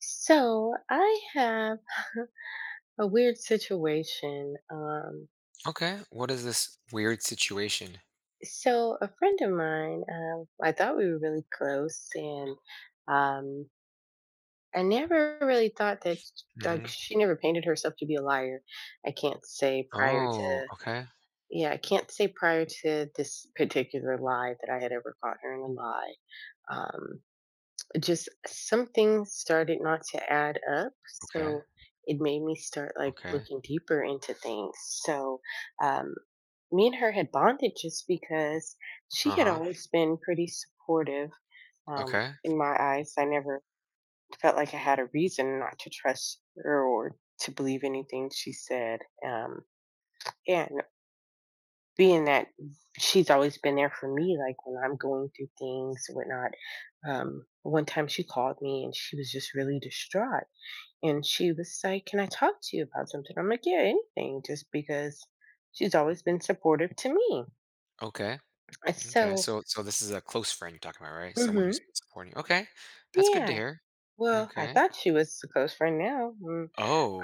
So I have a weird situation. Um, Okay, what is this weird situation? so a friend of mine, I thought we were really close, and um, I never really thought that, like, Mhm. she never painted herself to be a liar. I can't say prior Oh, to okay, Yeah, I can't say prior to this particular lie that I had ever caught her in a lie. Um, just something started not to add up, okay, so it made me start like okay. looking deeper into things. So um, me and her had bonded just because she had Uh-huh. always been pretty supportive. um, Okay, in my eyes, I never felt like I had a reason not to trust her or to believe anything she said. um, yeah, being that she's always been there for me, like when I'm going through things, whatnot. One time she called me and she was just really distraught. And she was like, "Can I talk to you about something?" I'm like, "Yeah, anything," just because she's always been supportive to me. okay, And okay. so, So this is a close friend you're talking about, right? Someone hmm, who's been supporting you. Okay, that's good to yeah. hear. Well, I Okay. thought she was a close friend now.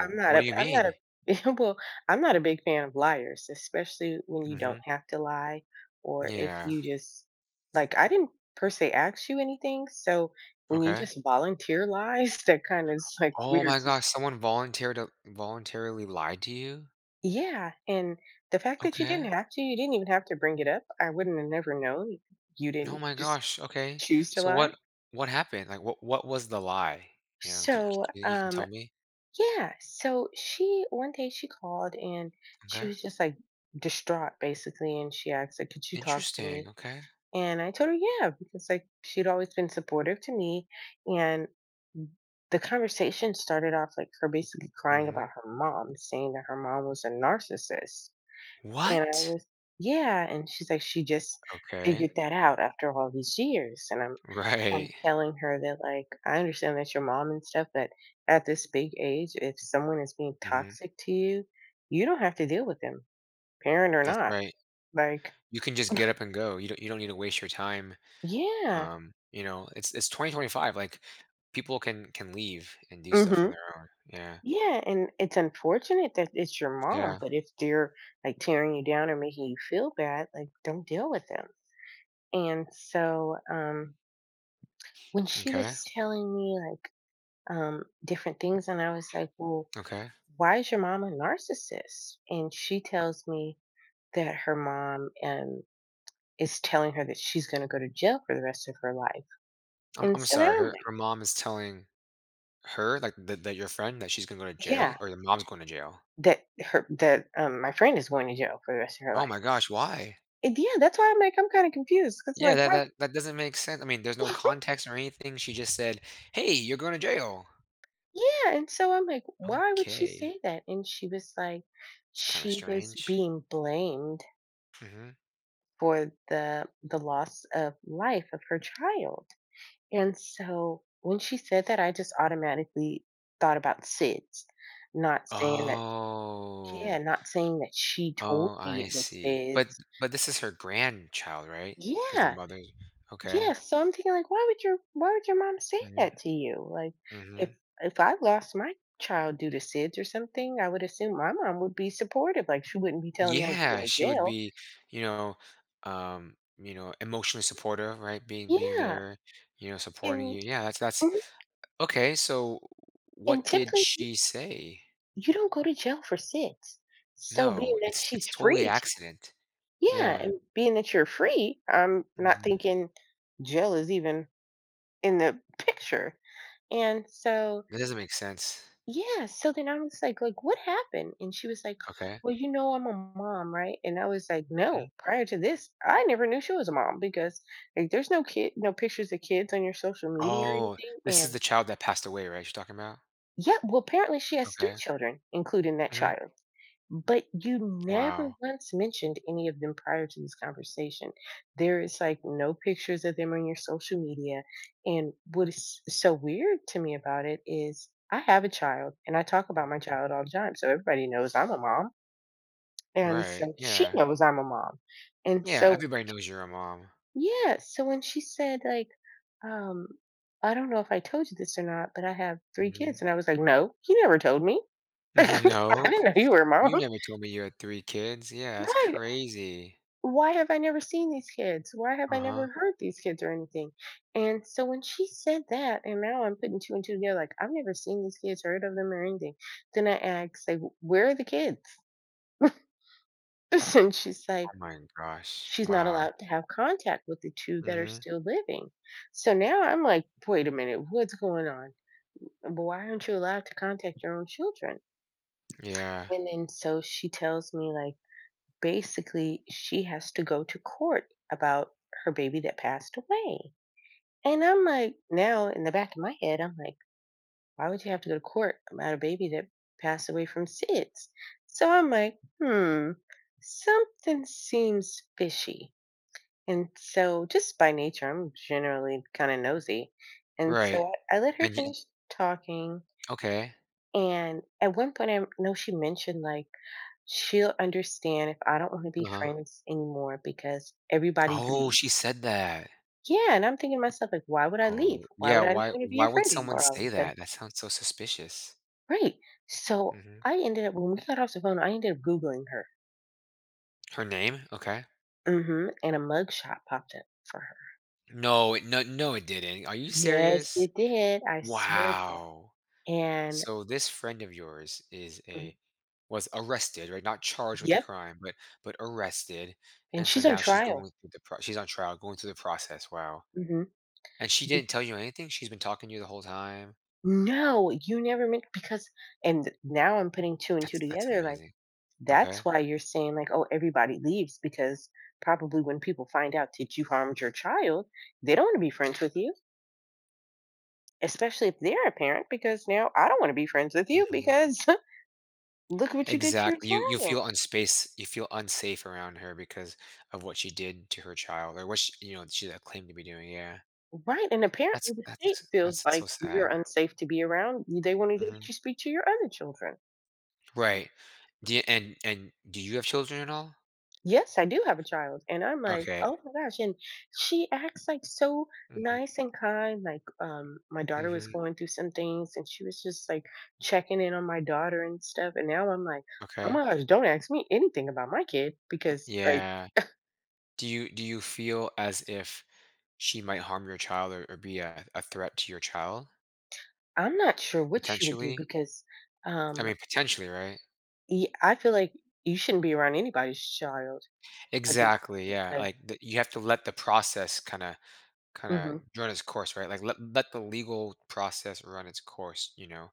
I'm not what do a you I'm not mean? a well, I'm not a big fan of liars, especially when you don't Mhm. have to lie, or if Yeah. you just, like, I didn't per se ask you anything. So when you Okay. just volunteer lies, that kind of is like Oh weird my to gosh, me. someone volunteered to voluntarily lied to you? Yeah, and the fact that you didn't Okay. have to, you didn't even have to bring it up. I wouldn't have never known. You Oh didn't my just gosh. Okay. choose to So lie. what happened? Like what was the lie? You know, do So, you can um tell me? Yeah. So she One day she called, and she Okay. was just like distraught basically, and she asked like, "Could you talk to Interesting. me?" Okay. And I told her yeah, because like she'd always been supportive to me. And the conversation started off like her basically crying Hmm. about her mom, saying that her mom was a narcissist. And I What? was, yeah. And she's like, she just Okay. figured that out after all these years. And I'm Right. telling her that, like, I understand that's your mom and stuff, but at this big age, if someone is being Hmm. toxic to you, you don't have to deal with them, parent or That's not. right. Like, You can just get up and go. You don't. You don't need to waste your time. yeah. You know, it's 2025. Like people can leave and do stuff on Mhm. their own. Yeah. Yeah, and it's unfortunate that it's your mom, Yeah. but if they're like tearing you down or making you feel bad, like, don't deal with them. And so, when she Okay. was telling me like different things, and I was like, "Well, Okay. why is your mom a narcissist?" And she tells me that her mom, is telling her that she's gonna go to jail for the rest of her life, I'm and I'm so now sorry. I'm Her like, her mom is telling her like that your friend that she's gonna go to yeah, jail, or the mom's going to jail. that her that, my friend is going to jail for the rest of her Oh life. my gosh. Why? And yeah, that's why I'm like, I'm kinda confused 'cause I'm Yeah. like, That "Why?" that that doesn't make sense. I mean, there's no context or anything. She just said, "Hey, you're going to jail." Yeah, and so I'm like, "Why would she Okay. say that?" And she was like, It's kinda she was strange. being blamed Mhm. for the loss of life of her child, and so when she said that, I just automatically thought about SIDS, not saying that. Yeah, Oh. not saying that she told Oh, me I it was see. Sid's. But this is her grandchild, right? Because the Yeah, mother yeah, okay. so I'm thinking like, why would your mom say Mhm, that to you? Like, if mhm. if I lost my child due to SIDS or something, I would assume my mom would be supportive, like, she wouldn't be telling me I'm going Yeah, to she would jail. be, you know, you know, emotionally supportive, right? Being being Yeah, there, you know, supporting and you. Yeah, that's mhm, okay, so and what did typically, she say? you don't go to jail for SIDS. So being No, that it's she's totally free t, accident. yeah, Yeah. and being that you're free, I'm not Mhm. thinking jail is even in the picture. And so, That doesn't make sense. yeah, so then I was like, "What happened?" And she was like, Okay. "Well, you know I'm a mom, right?" And I was like, "No, prior to this, I never knew she was a mom because, like, there's no kid no pictures of kids on your social media or Oh, anything." this is And the child that passed away, right, you're talking about? yeah, well, apparently she has 3 Okay. children, including that Mhm. child. But you never Wow. once mentioned any of them prior to this conversation. There is like no pictures of them on your social media. And what is so weird to me about it is I have a child and I talk about my Mhm. child all the time, so everybody knows I'm a mom. And Right, so she yeah. knows I'm a mom. And Yeah, so, everybody knows you're a mom. yeah. So when she said, like, um, "I don't know if I told you this or not, but I have three Mhm. kids." And I was like, "No, you never told me." I Nope. didn't know you were a mom. You never told me you had 3 kids. Yeah, that's Right. crazy. Why have I never seen these kids? Why have I Uh-huh. never heard these kids or anything? And so when she said that, and now I'm putting two and two together, like, I've never seen these kids, heard of them or anything. Then I asked, like, "Where are the kids?" and she's like, Oh my gosh. she's not Wow. allowed to have contact with the two that are Mhm. still living. So now I'm like, wait a minute, what's going on? Why aren't you allowed to contact your own children? Yeah. And then so she tells me, like, basically, she has to go to court about her baby that passed away. And I'm like, now in the back of my head, I'm like, why would you have to go to court about a baby that passed away from SIDS? So I'm like, hmm, something seems fishy. And so, just by nature, I'm generally kind of nosy. And Right. so I let her And you finish talking. okay. And at one point, I know she mentioned like, she'll understand if I don't want to be Uh-huh. friends anymore because everybody Oh, leaves. she said that. Yeah, and I'm thinking to myself, like, why would I leave? Oh, Why yeah, would I not why want to be your why would friend someone anymore all of say a sudden? that? That sounds so suspicious. Right. So Mhm. I ended up, when we got off the phone, I ended up Googling her. Her name? Okay. Hmm. And a mug shot popped up for her. No, it no, it didn't. Are you Yes, serious? it did. I swear to you. Wow. And So this friend of yours is mhm, a was arrested, right? Not charged with a yep. crime, but arrested. And And so she's on now she's going trial. through the pro she's on trial, going through the process. Wow. Hmm. And she didn't tell you anything? She's been talking to you the whole time? No, you never meant because, and now I'm putting two and two That's together, like, amazing. that's Okay. why you're saying like, "Oh, everybody leaves," because probably when people find out that you harmed your child, they don't want to be friends with you, especially if they're a parent, because now I don't want to be friends with you Hmm. because look what you did to your Exactly. You child. feel unspace, you feel unsafe around her because of what she did to her child or what she, you know, she claimed to be doing. Yeah. Right, and That's apparently the state that's feels that's like so you're sad. unsafe to be around, they won't even let Mhm. you speak to your other children. Right. Do you and do you have children at all? Yes, I do have a child, and I'm like, Okay. "Oh my gosh," and she acts, like, so Mhm, nice and kind, like, my daughter was mhm, going through some things, and she was just, like, checking in on my daughter and stuff, and now I'm like, "Oh okay. my gosh, don't ask me anything about my kid," because, like, Yeah. Do you feel as if she might harm your child or be a threat to your child, I'm not sure what she would do potentially? because, I um, mean, potentially, right? ye I feel like you shouldn't be around anybody's child. At this Exactly, point, yeah, like, like, the you have to let the process kinda mhm. run its course, right? Like, let let the legal process run its course, you know,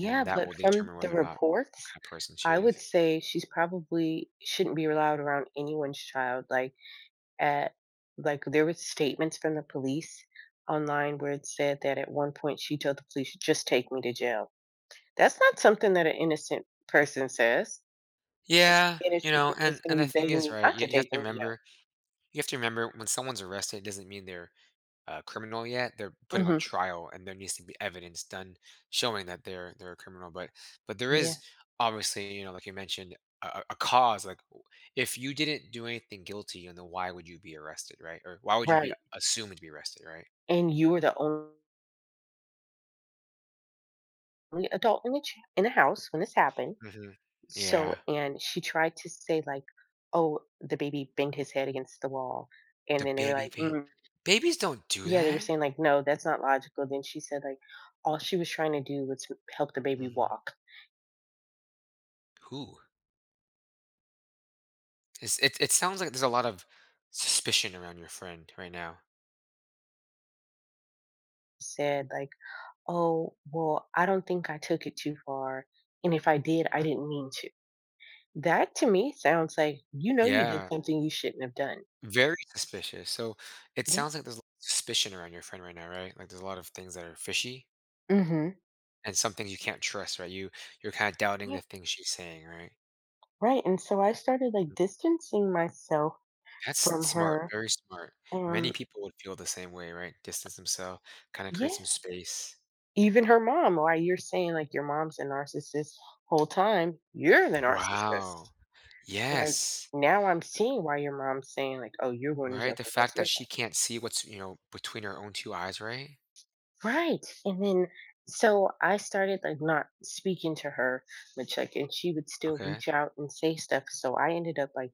and then that but will from determine the whether or not what reports, kind of person she I would is. say she's probably shouldn't be allowed around anyone's child, like, at, like, there was statements from the police online where it said that at one point she told the police, "Just take me to jail." That's not something that an innocent person says. Yeah, Innocent you know, person is and gonna and the be thing begging is, you right, not you to you have take to them to remember You have to remember when someone's arrested, it doesn't mean they're a criminal yet. They're jail. putting on Mhm. trial, and there needs to be evidence done showing that they're a criminal. But there Yeah, is obviously, you know, like you mentioned, a cause. Like if you didn't do anything guilty, and then why would you be arrested, right? Or why would you be right, assumed to be arrested, right? and you were the only adult in the ch in the house when this happened. Hmm. So, Yeah, and she tried to say like, "Oh, the baby banged his head against the wall," and the then they were baby like, pain. mm. Babies don't do "Yeah," they were that. saying like, "No, that's not logical." Then she said like, "All she was trying to do was to help the baby Hmm. walk." Who? It's, it sounds like there's a lot of suspicion around your friend right now. Said like, "Oh, well, I don't think I took it too far, and if I did, I didn't mean to." That to me sounds like you know you did Yeah. something you shouldn't have done. Very suspicious. So it Yeah. sounds like there's a lot of suspicion around your friend right now, right? Like there's a lot of things that are fishy Hmm. and some things you can't trust, right? You you're kind of doubting Yeah, the things she's saying, right? right. And so I started like distancing myself That's from smart, her. very smart. Many Um, people would feel the same way, right? Distance themselves, kind of yeah. create some space. Even her mom, why you're saying, like, your mom's a narcissist, whole time, you're the narcissist. Wow. Like, Yes. now I'm seeing why your mom's saying, like, "Oh, you're going to jail Right? The for the fact rest of that your life." she can't see what's, you know, between her own two eyes, right? Right, and then so I started, like, not speaking to her, which, like, and she would still Okay. reach out and say stuff, so I ended up, like,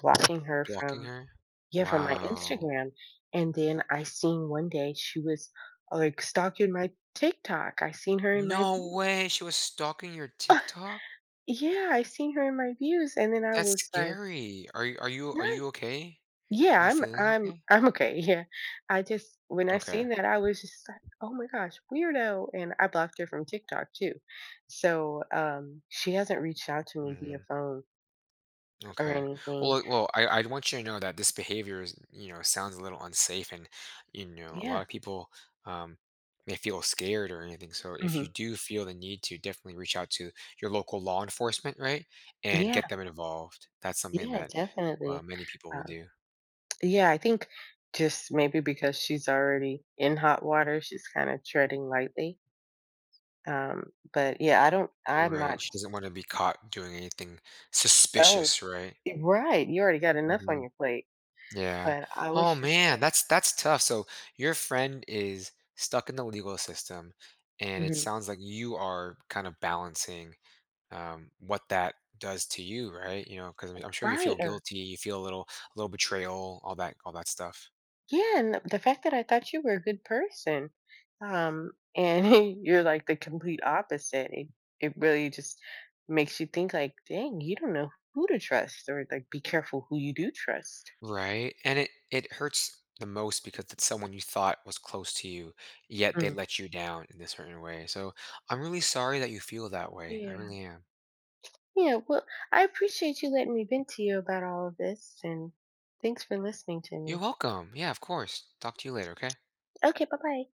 blocking her Blocking from, her. yeah, from my Wow. Instagram, and then I seen one day she was, like, stalking my TikTok. I seen her in my No way. She was stalking your TikTok? Yeah, I seen her in my views, and then I That's was like, scary. Are you are you are "What?" you okay? Yeah, Are you I'm feeling I'm okay? I'm okay, yeah. I just, when I Okay. seen that, I was just like, "Oh my gosh, weirdo," and I blocked her from TikTok too. So, she hasn't reached out to me via Mhm. phone or Okay. Well, anything. Well, I want you to know that this behavior is, you know, sounds a little unsafe and, you know, a Yeah. lot of people um may feel scared or anything. So if you Mhm. do feel the need to definitely reach out to your local law enforcement, right? And Yeah, get them involved. That's something yeah, that definitely. many people will Um, do. yeah, I think just maybe because she's already in hot water, she's kinda treading lightly. But yeah, I'm not. Right. She doesn't want to be caught doing anything That was suspicious, right? right, you already got enough on Mhm. your plate, Yeah. but I was Oh just man, like, that's tough. So your friend is stuck in the legal system, and it mhm. sounds like you are kind of balancing what that does to you, right? You know, because I'm sure you Right, feel or guilty, you feel a little betrayal, all that stuff. yeah, and the fact that I thought you were a good person, and you're like the complete opposite, it really just makes you think like, "Dang, you don't know who to trust," or like, "Be careful who you do trust." Right. And it hurts the most because it's someone you thought was close to you, yet they Mhm. let you down in a certain way. So I'm really sorry that you feel that way. I Yeah. really am. Yeah, well, I appreciate you letting me vent to you about all of this, and thanks for listening to You're me. welcome. Yeah, of course. Talk to you later, okay? Okay, bye-bye.